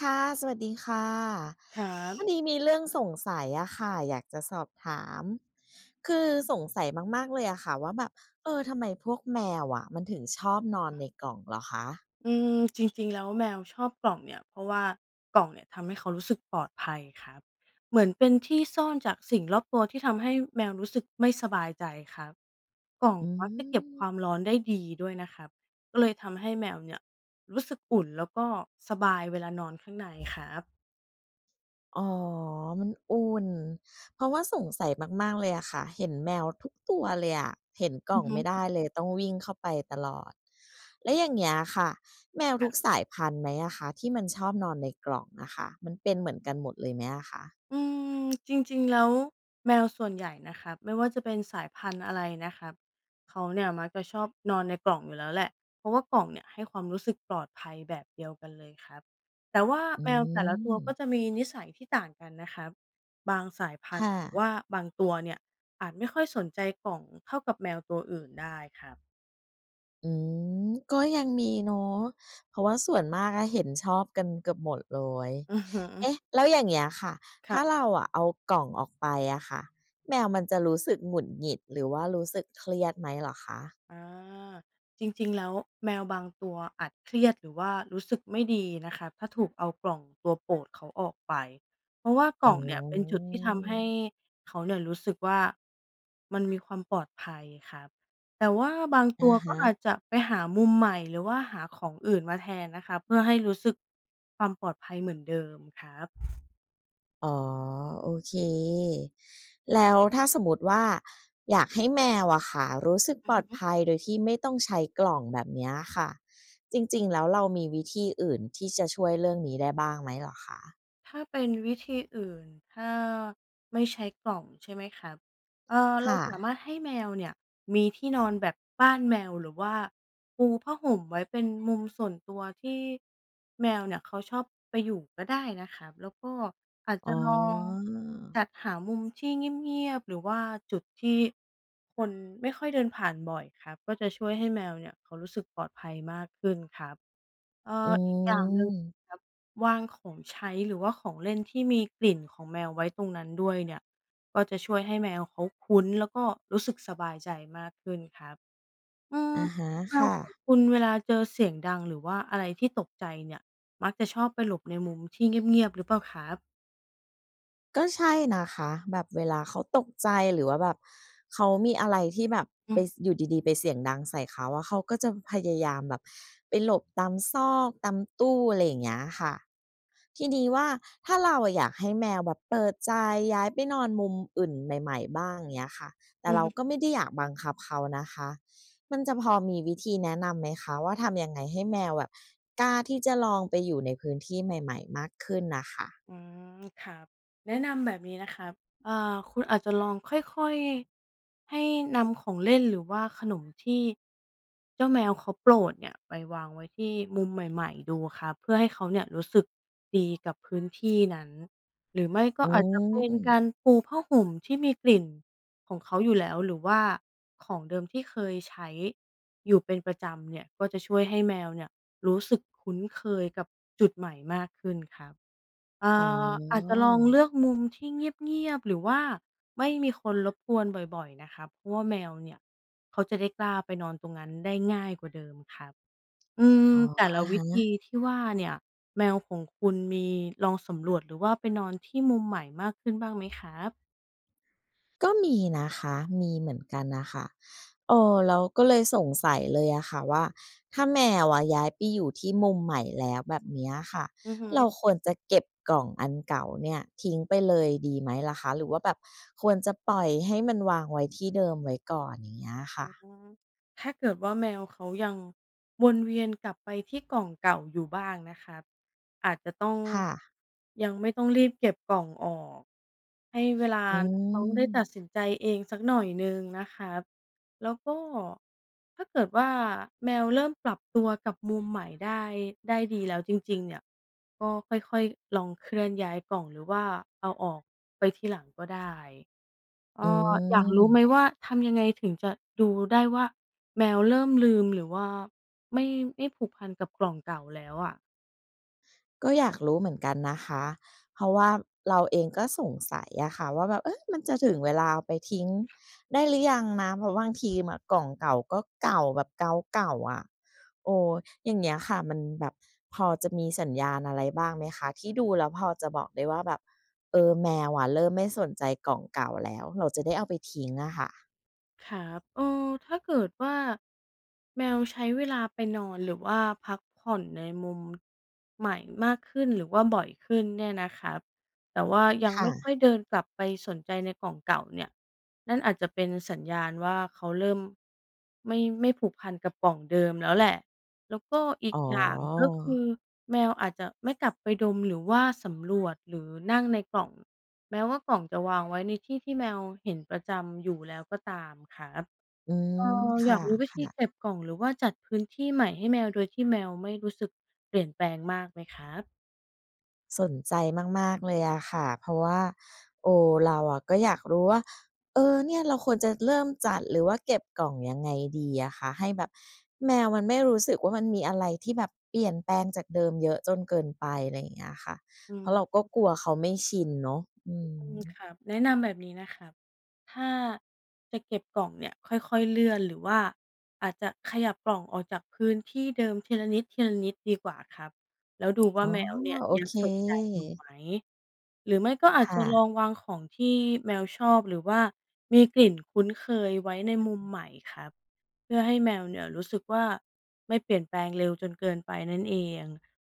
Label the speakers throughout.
Speaker 1: ค่ะ สวัสดีค่ะ
Speaker 2: ครับ
Speaker 1: พอดีมีเรื่องสงสัยอะค่ะอยากจะสอบถามคือสงสัยมากๆเลยอะค่ะว่าแบบทำไมพวกแมวอะมันถึงชอบนอนในกล่องเหรอคะ
Speaker 2: อืมจริงๆแล้วแมวชอบกล่องเนี่ยเพราะว่ากล่องเนี่ยทำให้เขารู้สึกปลอดภัยครับเหมือนเป็นที่ซ่อนจากสิ่งรอบตัวที่ทำให้แมวรู้สึกไม่สบายใจครับกล่อง
Speaker 1: อื
Speaker 2: มักจะเก็บความ
Speaker 1: ม
Speaker 2: ร้อนได้ดีด้วยนะครับก็เลยทำให้แมวเนี่ยรู้สึกอุ่นแล้วก็สบายเวลานอนข้างในครับ
Speaker 1: อ๋อมันอุ่นเพราะว่าสงสัยมากๆเลยอะค่ะเห็นแมวทุกตัวเลยอะเห็นกล่องไม่ได้เลยต้องวิ่งเข้าไปตลอดแล้วอย่างเงี้ยค่ะแมวทุกสายพันธุ์ไหมอะคะที่มันชอบนอนในกล่องอะค่ะมันเป็นเหมือนกันหมดเลยไหมอะคะ
Speaker 2: อืมจริงๆแล้วแมวส่วนใหญ่นะครับไม่ว่าจะเป็นสายพันธุ์อะไรนะครับเขาเนี่ยมักจะชอบนอนในกล่องอยู่แล้วแหละเพราะว่ากล่องเนี่ยให้ความรู้สึกปลอดภัยแบบเดียวกันเลยครับแต่ว่า
Speaker 1: อื
Speaker 2: แมวแต่ละตัวก็จะ
Speaker 1: ม
Speaker 2: มีนิสัยที่ต่างกันนะครับบางสายพันธุ์
Speaker 1: ค่ะ
Speaker 2: หรือว่าบางตัวเนี่ยอาจไม่ค่อยสนใจกล่องเท่ากับแมวตัวอื่นได้ครับ
Speaker 1: อืมก็ยังมีเนาะเพราะว่าส่วนมากอะเห็นชอบกันเกือบหมดเลย
Speaker 2: อือฮึ
Speaker 1: เอ๊ะแล้วอย่างเงี้ยค่ะถ้าเรา
Speaker 2: ค่ะ
Speaker 1: อะเอากล่องออกไปอะค่ะแมวมันจะรู้สึกหงุดหงิดหรือว่ารู้สึกเครียดไหมเหรอคะ
Speaker 2: อาจริงๆแล้วแมวบางตัวอาจเครียดหรือว่ารู้สึกไม่ดีนะคะถ้าถูกเอากล่องตัวโปรดเขาออกไปเพราะว่ากื
Speaker 1: อ๋
Speaker 2: ล่องเนี่ยเป็นจุด
Speaker 1: อ
Speaker 2: ที่ทำให้เขาเนี่ยรู้สึกว่ามันมีความปลอดภัยครับแต่ว่าบางตั
Speaker 1: อะ
Speaker 2: วก็
Speaker 1: ฮะ
Speaker 2: อาจจะไปหามุมใหม่หรือว่าหาของอื่นมาแทนนะคะเพื่อให้รู้สึกความปลอดภัยเหมือนเดิมครับ
Speaker 1: อ๋อโอเคแล้วถ้าสมมติว่าอยากให้แมวอะค่ะรู้สึกปลอดภัยโดยที่ไม่ต้องใช้กล่องแบบเนี้ยค่ะจริงๆแล้วเรามีวิธีอื่นที่จะช่วยเรื่องนี้ได้บ้างไหมเหรอคะ
Speaker 2: ถ้าเป็นวิธีอื่นถ้าไม่ใช้กล่องใช่ไหมครับเรา
Speaker 1: ค่ะ
Speaker 2: สามารถให้แมวเนี่ยมีที่นอนแบบบ้านแมวหรือว่าปูผ้าห่มไว้เป็นมุมส่วนตัวที่แมวเนี่ยเขาชอบไปอยู่ก็ได้นะครับแล้วก็อาจ
Speaker 1: อ๋
Speaker 2: จะ
Speaker 1: อ
Speaker 2: ลองจัดหามุมที่เงียบๆหรือว่าจุดที่คนไม่ค่อยเดินผ่านบ่อยครับก็จะช่วยให้แมวเนี่ยเขารู้สึกปลอดภัยมากขึ้นครับ เอ่
Speaker 1: อื
Speaker 2: ออีกอย่างหนึ่งแบ
Speaker 1: ม
Speaker 2: บวางของใช้หรือว่าของเล่นที่มีกลิ่นของแมวไว้ตรงนั้นด้วยเนี่ยก็จะช่วยให้แมวเขาคุ้นแล้วก็รู้สึกสบายใจมากขึ้นครับอืม
Speaker 1: อะฮะ
Speaker 2: แมว
Speaker 1: ค่ะ
Speaker 2: ของคุณเวลาเจอเสียงดังหรือว่าอะไรที่ตกใจเนี่ยมักจะชอบไปหลบในมุมที่เงียบๆหรือเปล่าครับ
Speaker 1: ก็ใช่นะคะแบบเวลาเขาตกใจหรือว่าแบบเขามีอะไรที่แบบ
Speaker 2: อื
Speaker 1: ไป
Speaker 2: อ
Speaker 1: สอยู่ดีๆไปเสียงดังใส่เขาอะเขาก็จะพยายามแบบไปหลบตามซอกตามตู้อะไรอย่างเงี้ยค่ะทีนี้ว่าถ้าเราอะอยากให้แมวแบบเปิดใจย้ายไปนอนมุมอื่นใหม่ๆบ้างอย่างเงี้ยค่ะแต่
Speaker 2: อือ
Speaker 1: เรา
Speaker 2: ฮึ
Speaker 1: ก็ไม่ได้อยากบังคับเขานะคะมันจะพอมีวิธีแนะนำไหมคะว่าทำยังไงให้แมวแบบกล้าที่จะลองไปอยู่ในพื้นที่ใหม่ๆมากขึ้นน่ะค่ะ
Speaker 2: อืมครับแนะนำแบบนี้นะครับอ่าคุณอาจจะลองค่อยๆ ให้นำของเล่นหรือว่าขนมที่เจ้าแมวเขาโปรดเนี่ยไปวางไว้ที่มุมใหม่ๆดูครับเพื่อให้เขาเนี่ยรู้สึกดีกับพื้นที่นั้นหรือไม่ก็
Speaker 1: อื
Speaker 2: อาจจะเป็นการ
Speaker 1: ม
Speaker 2: ปูผ้าห่มที่มีกลิ่นของเขาอยู่แล้วหรือว่าของเดิมที่เคยใช้อยู่เป็นประจำเนี่ยก็จะช่วยให้แมวเนี่ยรู้สึกคุ้นเคยกับจุดใหม่มากขึ้นครับ เอ่
Speaker 1: อ๋อ
Speaker 2: อาจจะลองเลือกมุมที่เงียบๆหรือว่าไม่มีคนรบกวนบ่อยๆนะคะเพราะว่าแมวเนี่ยเขาจะได้กล้าไปนอนตรงนั้นได้ง่ายกว่าเดิมครับอืม
Speaker 1: อ๋อ
Speaker 2: แต่ละ
Speaker 1: อะ
Speaker 2: วิ
Speaker 1: ฮะ
Speaker 2: ธีที่ว่าเนี่ยแมวของคุณมีลองสำรวจหรือว่าไปนอนที่มุมใหม่มากขึ้นบ้างไหมครับ
Speaker 1: ก็มีนะคะมีเหมือนกันน่ะค่ะเราก็เลยสงสัยเลยอะค่ะว่า ถ้าแมวอะย้ายไปอยู่ที่มุมใหม่แล้วแบบเนี้ยค่ะ
Speaker 2: อือฮึ
Speaker 1: เราควรจะเก็บกล่องอันเก่าเนี่ยทิ้งไปเลยดีไหมล่ะคะหรือว่าแบบควรจะปล่อยให้มันวางไว้ที่เดิมไว้ก่อนอย่างเงี้ย
Speaker 2: อ
Speaker 1: ค่ะ
Speaker 2: มถ้าเกิดว่าแมวเขายังวนเวียนกลับไปที่กล่องเก่าอยู่บ้างนะครับอาจจะต้อง
Speaker 1: ค่ะ
Speaker 2: ยังไม่ต้องรีบเก็บกล่องออกให้เวลา
Speaker 1: อื
Speaker 2: น้องได้ตัดสิ
Speaker 1: ม
Speaker 2: นใจเองสักหน่อยหนึ่งนะครับแล้วก็ถ้าเกิดว่าแมวเริ่มปรับตัวกับมุมใหม่ได้ดีแล้วจริงๆเนี่ยก็ค่อยๆลองเคลื่อนย้ายกล่องหรือว่าเอาออกไปทีหลังก็ได้ เอ่
Speaker 1: อื
Speaker 2: ออยากรู้ไหม
Speaker 1: ม
Speaker 2: ว่าทำยังไงถึงจะดูได้ว่าแมวเริ่มลืมหรือว่าไม่ไม่ผูกพันกับกล่องเก่าแล้วอะ
Speaker 1: ก็อยากรู้เหมือนกันนะคะ เพราะว่าเราเองก็สงสัยอะค่ะว่าแบบเอ๊ะมันจะถึงเวลาเอาไปทิ้งได้หรือยังนะเพราะบางทีอะกล่องเก่าก็เก่าแบบเก่าๆอะโอ้อย่างเงี้ยค่ะมันแบบพอจะมีสัญญาณอะไรบ้างไหมคะที่ดูแล้วพอจะบอกได้ว่าแบบแมวอะเริ่มไม่สนใจกล่องเก่าแล้วเราจะได้เอาไปทิ้งอะค่ะ
Speaker 2: ครับเออถ้าเกิดว่าแมวใช้เวลาไปนอนหรือว่าพักผ่อนในมุมใหม่มากขึ้นหรือว่าบ่อยขึ้นเนี่ยนะครับแต่ว่ายังไม่ค่อ
Speaker 1: ค่ะ
Speaker 2: ยเดินกลับไปสนใจในกล่องเก่าเนี่ยนั่นอาจจะเป็นสัญญาณว่าเขาเริ่มไม่ผูกพันกับกล่องเดิมแล้วแหละแล้วก็อี
Speaker 1: อ๋
Speaker 2: ก
Speaker 1: อ
Speaker 2: อย่างก็คือแมวอาจจะไม่กลับไปดมหรือว่าสำรวจหรือนั่งในกล่อง แม้ว่ากล่องจะวางไว้ในที่ที่แมวเห็นประจำอยู่แล้วก็ตามครับ
Speaker 1: อืม
Speaker 2: อ
Speaker 1: ค่
Speaker 2: ยากรู้วิธี
Speaker 1: ะๆ
Speaker 2: เก็บกล่องหรือว่าจัดพื้นที่ใหม่ให้แมวโดยที่แมวไม่รู้สึกเปลี่ยนแปลงมากไหมครับ
Speaker 1: สนใจมากๆเลยอะค่ะเพราะว่าโอ้เราอะก็อยากรู้ว่าเนี่ยเราควรจะเริ่มจัดหรือว่าเก็บกล่องยังไงดีอะคะให้แบบแมวมันไม่รู้สึกว่ามันมีอะไรที่แบบเปลี่ยนแปลงจากเดิมเยอะจนเกินไปอะไรอย่างเงี้ยค่ะ
Speaker 2: อื
Speaker 1: เพ
Speaker 2: ม
Speaker 1: ราะเราก็กลัวเขาไม่ชินเนาะอื
Speaker 2: อื
Speaker 1: ม
Speaker 2: มครับแนะนำแบบนี้นะครับ ถ้าจะเก็บกล่องเนี่ยค่อยๆเลื่อนหรือว่าอาจจะขยับกล่องออกจากพื้นที่เดิมทีละนิดทีละนิดดีกว่าครับแล้วดูว่า
Speaker 1: อ๋อ
Speaker 2: แมวเนี่ย
Speaker 1: โอ
Speaker 2: ยัง
Speaker 1: เค
Speaker 2: สนใจอยู่ไหมหรือไม่ก็อาจจะ
Speaker 1: ค่ะ
Speaker 2: ลองวางของที่แมวชอบหรือว่ามีกลิ่นคุ้นเคยไว้ในมุมใหม่ครับเพื่อให้แมวเนี่ยรู้สึกว่าไม่เปลี่ยนแปลงเร็วจนเกินไปนั่นเอง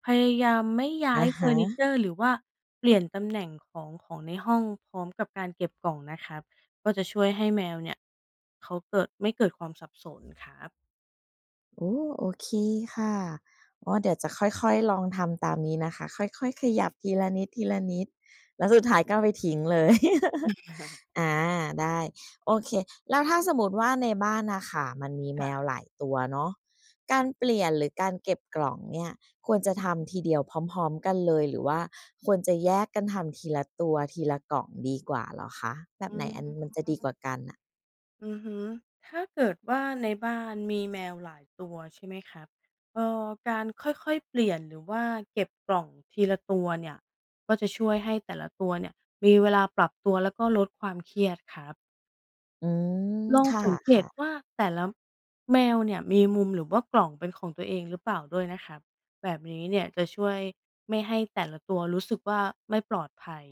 Speaker 2: พยายามไม่ย้า
Speaker 1: อะ
Speaker 2: ยเฟอ
Speaker 1: ฮะ
Speaker 2: ร์นิเจอร์หรือว่าเปลี่ยนตำแหน่งของของในห้องพร้อมกับการเก็บกล่องนะครับก็จะช่วยให้แมวเนี่ยเขาเกิดไม่เกิดความสับสนครับ
Speaker 1: โอ้โอเคค่ะอ๋อเดี๋ยวจะค่อยๆลองทำตามนี้นะคะค่อยๆขยับทีละนิดทีละนิดแล้วสุดท้ายก็เอาไปทิ้งเลย อาได้โอเคแล้วถ้าสมมุติว่าในบ้านน่ะค่ะมันมีแมวหลายตัวเนาะการเปลี่ยนหรือการเก็บกล่องเนี่ยควรจะทำทีเดียวพร้อมๆกันเลยหรือว่าควรจะแยกกันทำทีละตัวทีละกล่องดีกว่าเหรอคะแบ
Speaker 2: อื
Speaker 1: บไหนอันมัน
Speaker 2: ม
Speaker 1: จะดีกว่ากันน่ะ
Speaker 2: อือฮึถ้าเกิดว่าในบ้านมีแมวหลายตัวใช่ไหมครับเอ่อการค่อยๆเปลี่ยนหรือว่าเก็บกล่องทีละตัวเนี่ยก็จะช่วยให้แต่ละตัวเนี่ยมีเวลาปรับตัวแล้วก็ลดความเครียดครับ
Speaker 1: อืม
Speaker 2: ลอง
Speaker 1: ค
Speaker 2: สังเกต
Speaker 1: ่ะ
Speaker 2: ว่าแต่ละแมวเนี่ยมีมุมหรือว่ากล่องเป็นของตัวเองหรือเปล่าด้วยนะครับแบบนี้เนี่ยจะช่วยไม่ให้แต่ละตัวรู้สึกว่าไม่ปลอดภัย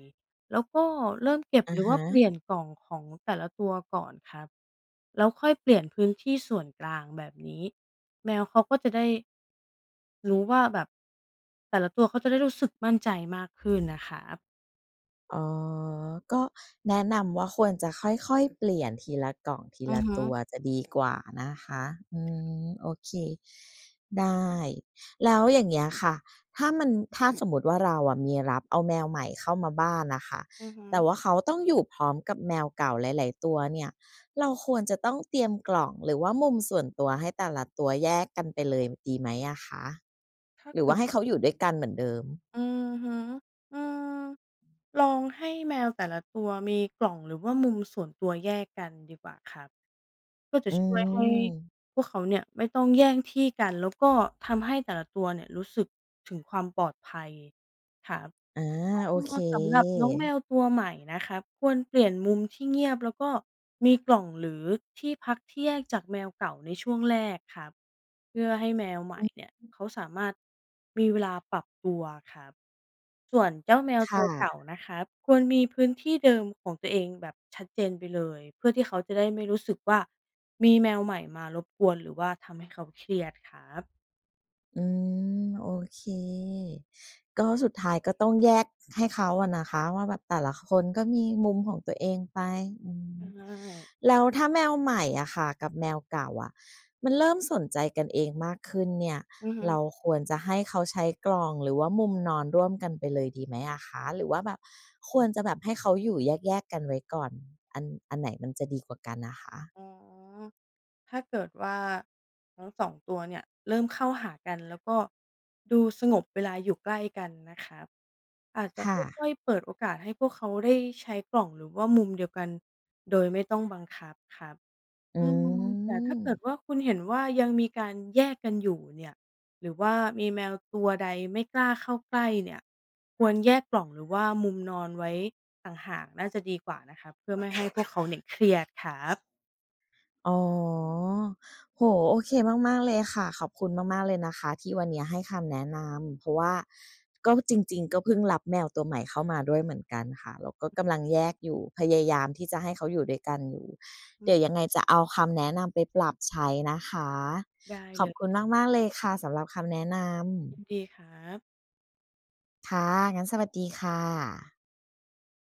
Speaker 2: แล้วก็เริ่มเก็บ
Speaker 1: ๆอะ
Speaker 2: หรือว่า
Speaker 1: ฮะ
Speaker 2: เปลี่ยนกล่องของแต่ละตัวก่อนครับแล้วค่อยเปลี่ยนพื้นที่ส่วนกลางแบบนี้แมวเขาก็จะได้รู้ว่าแบบแต่ละตัวเขาจะได้รู้สึกมั่นใจมากขึ้นนะครับ
Speaker 1: อ๋อก็แนะนำว่าควรจะค่อยๆเปลี่ยนทีละกล่องที
Speaker 2: อื
Speaker 1: ละ
Speaker 2: อฮึ
Speaker 1: ตัวจะดีกว่านะคะอืมโอเคได้แล้วอย่างเงี้ยค่ะถ้ามันถ้าสมมุติว่าเราอะมีรับเอาแมวใหม่เข้ามาบ้านน่ะค่ะ
Speaker 2: อือฮึ
Speaker 1: แต่ว่าเขาต้องอยู่พร้อมกับแมวเก่าหลายๆตัวเนี่ยเราควรจะต้องเตรียมกล่องหรือว่ามุมส่วนตัวให้แต่ละตัวแยกกันไปเลยดีไหมอะคะ
Speaker 2: ถ้า
Speaker 1: หรือ
Speaker 2: เกิ
Speaker 1: ว่าให้
Speaker 2: ด
Speaker 1: เขาอยู่ด้วยกันเหมือนเดิม
Speaker 2: อือฮึอืมลองให้แมวแต่ละตัวมีกล่องหรือว่ามุมส่วนตัวแยกกันดีกว่าครับก็จะ
Speaker 1: อื
Speaker 2: ช่วยให้
Speaker 1: ม
Speaker 2: พวกเขาเนี่ยไม่ต้องแย่งที่กันแล้วก็ทำให้แต่ละตัวเนี่ยรู้สึกถึงความปลอดภัยครับ
Speaker 1: อาโอเค
Speaker 2: ก็สำหรับน้องแมวตัวใหม่นะครับควรเปลี่ยนมุมที่เงียบแล้วก็มีกล่องหรือที่พักที่แยกจากแมวเก่าในช่วงแรกครับเพื่อให้แมวให
Speaker 1: อื
Speaker 2: ม่
Speaker 1: ม
Speaker 2: เนี่ยเขาสามารถมีเวลาปรับตัวครับส่วนเจ้าแมวตั
Speaker 1: ค่ะ
Speaker 2: วเก่านะครับควรมีพื้นที่เดิมของตัวเองแบบชัดเจนไปเลยเพื่อที่เขาจะได้ไม่รู้สึกว่ามีแมวใหม่มารบกวนหรือว่าทำให้เขาเครียดครับ
Speaker 1: อืมโอเคก็สุดท้ายก็ต้องแยกให้เขาอะนะคะว่าแบบแต่ละคนก็มีมุมของตัวเองไปอืม
Speaker 2: ใช่
Speaker 1: แล้วถ้าแมวใหม่อะค่ะกับแมวเก่าอะมันเริ่มสนใจกันเองมากขึ้นเนี่ย
Speaker 2: อือฮึ
Speaker 1: เราควรจะให้เขาใช้กล่องหรือว่ามุมนอนร่วมกันไปเลยดีไหมอะคะหรือว่าแบบควรจะแบบให้เขาอยู่แยกๆกันไว้ก่อนอันอันไหนมันจะดีกว่ากันอะคะ
Speaker 2: อ๋อถ้าเกิดว่าทั้งสองตัวเนี่ยเริ่มเข้าหากันแล้วก็ดูสงบเวลาอยู่ใกล้กันนะครับอาจจะค
Speaker 1: ค่ะ
Speaker 2: ่อยๆเปิดโอกาสให้พวกเขาได้ใช้กล่องหรือว่ามุมเดียวกันโดยไม่ต้องบังคับครับ
Speaker 1: อื
Speaker 2: อืมแต่ถ้าเกิด
Speaker 1: ม
Speaker 2: ว่าคุณเห็นว่ายังมีการแยกกันอยู่เนี่ยหรือว่ามีแมวตัวใดไม่กล้าเข้าใกล้เนี่ยควรแยกกล่องหรือว่ามุมนอนไว้ต่างหากน่าจะดีกว่านะครับเพื่อไม่ให้พวกเขาเนี่ยเครียดครับ
Speaker 1: อ๋อโอเคมากๆเลยค่ะขอบคุณมากๆเลยนะคะที่วันเนี้ยให้คำแนะนำเพราะว่าก็จริงๆก็เพิ่งรับแมวตัวใหม่เข้ามาด้วยเหมือนกันค่ะแล้วก็กำลังแยกอยู่พยายามที่จะให้เขาอยู่ด้วยกันอยู่เดี๋ยวยังไงจะเอาคำแนะนำไปปรับใช้นะคะ
Speaker 2: ได้
Speaker 1: ขอ
Speaker 2: เล
Speaker 1: บคุณ
Speaker 2: ย
Speaker 1: มากๆเลยค่ะสำหรับคำแนะน
Speaker 2: ยินดีครับ
Speaker 1: ำค่ะงั้นสวัสดีค่ะ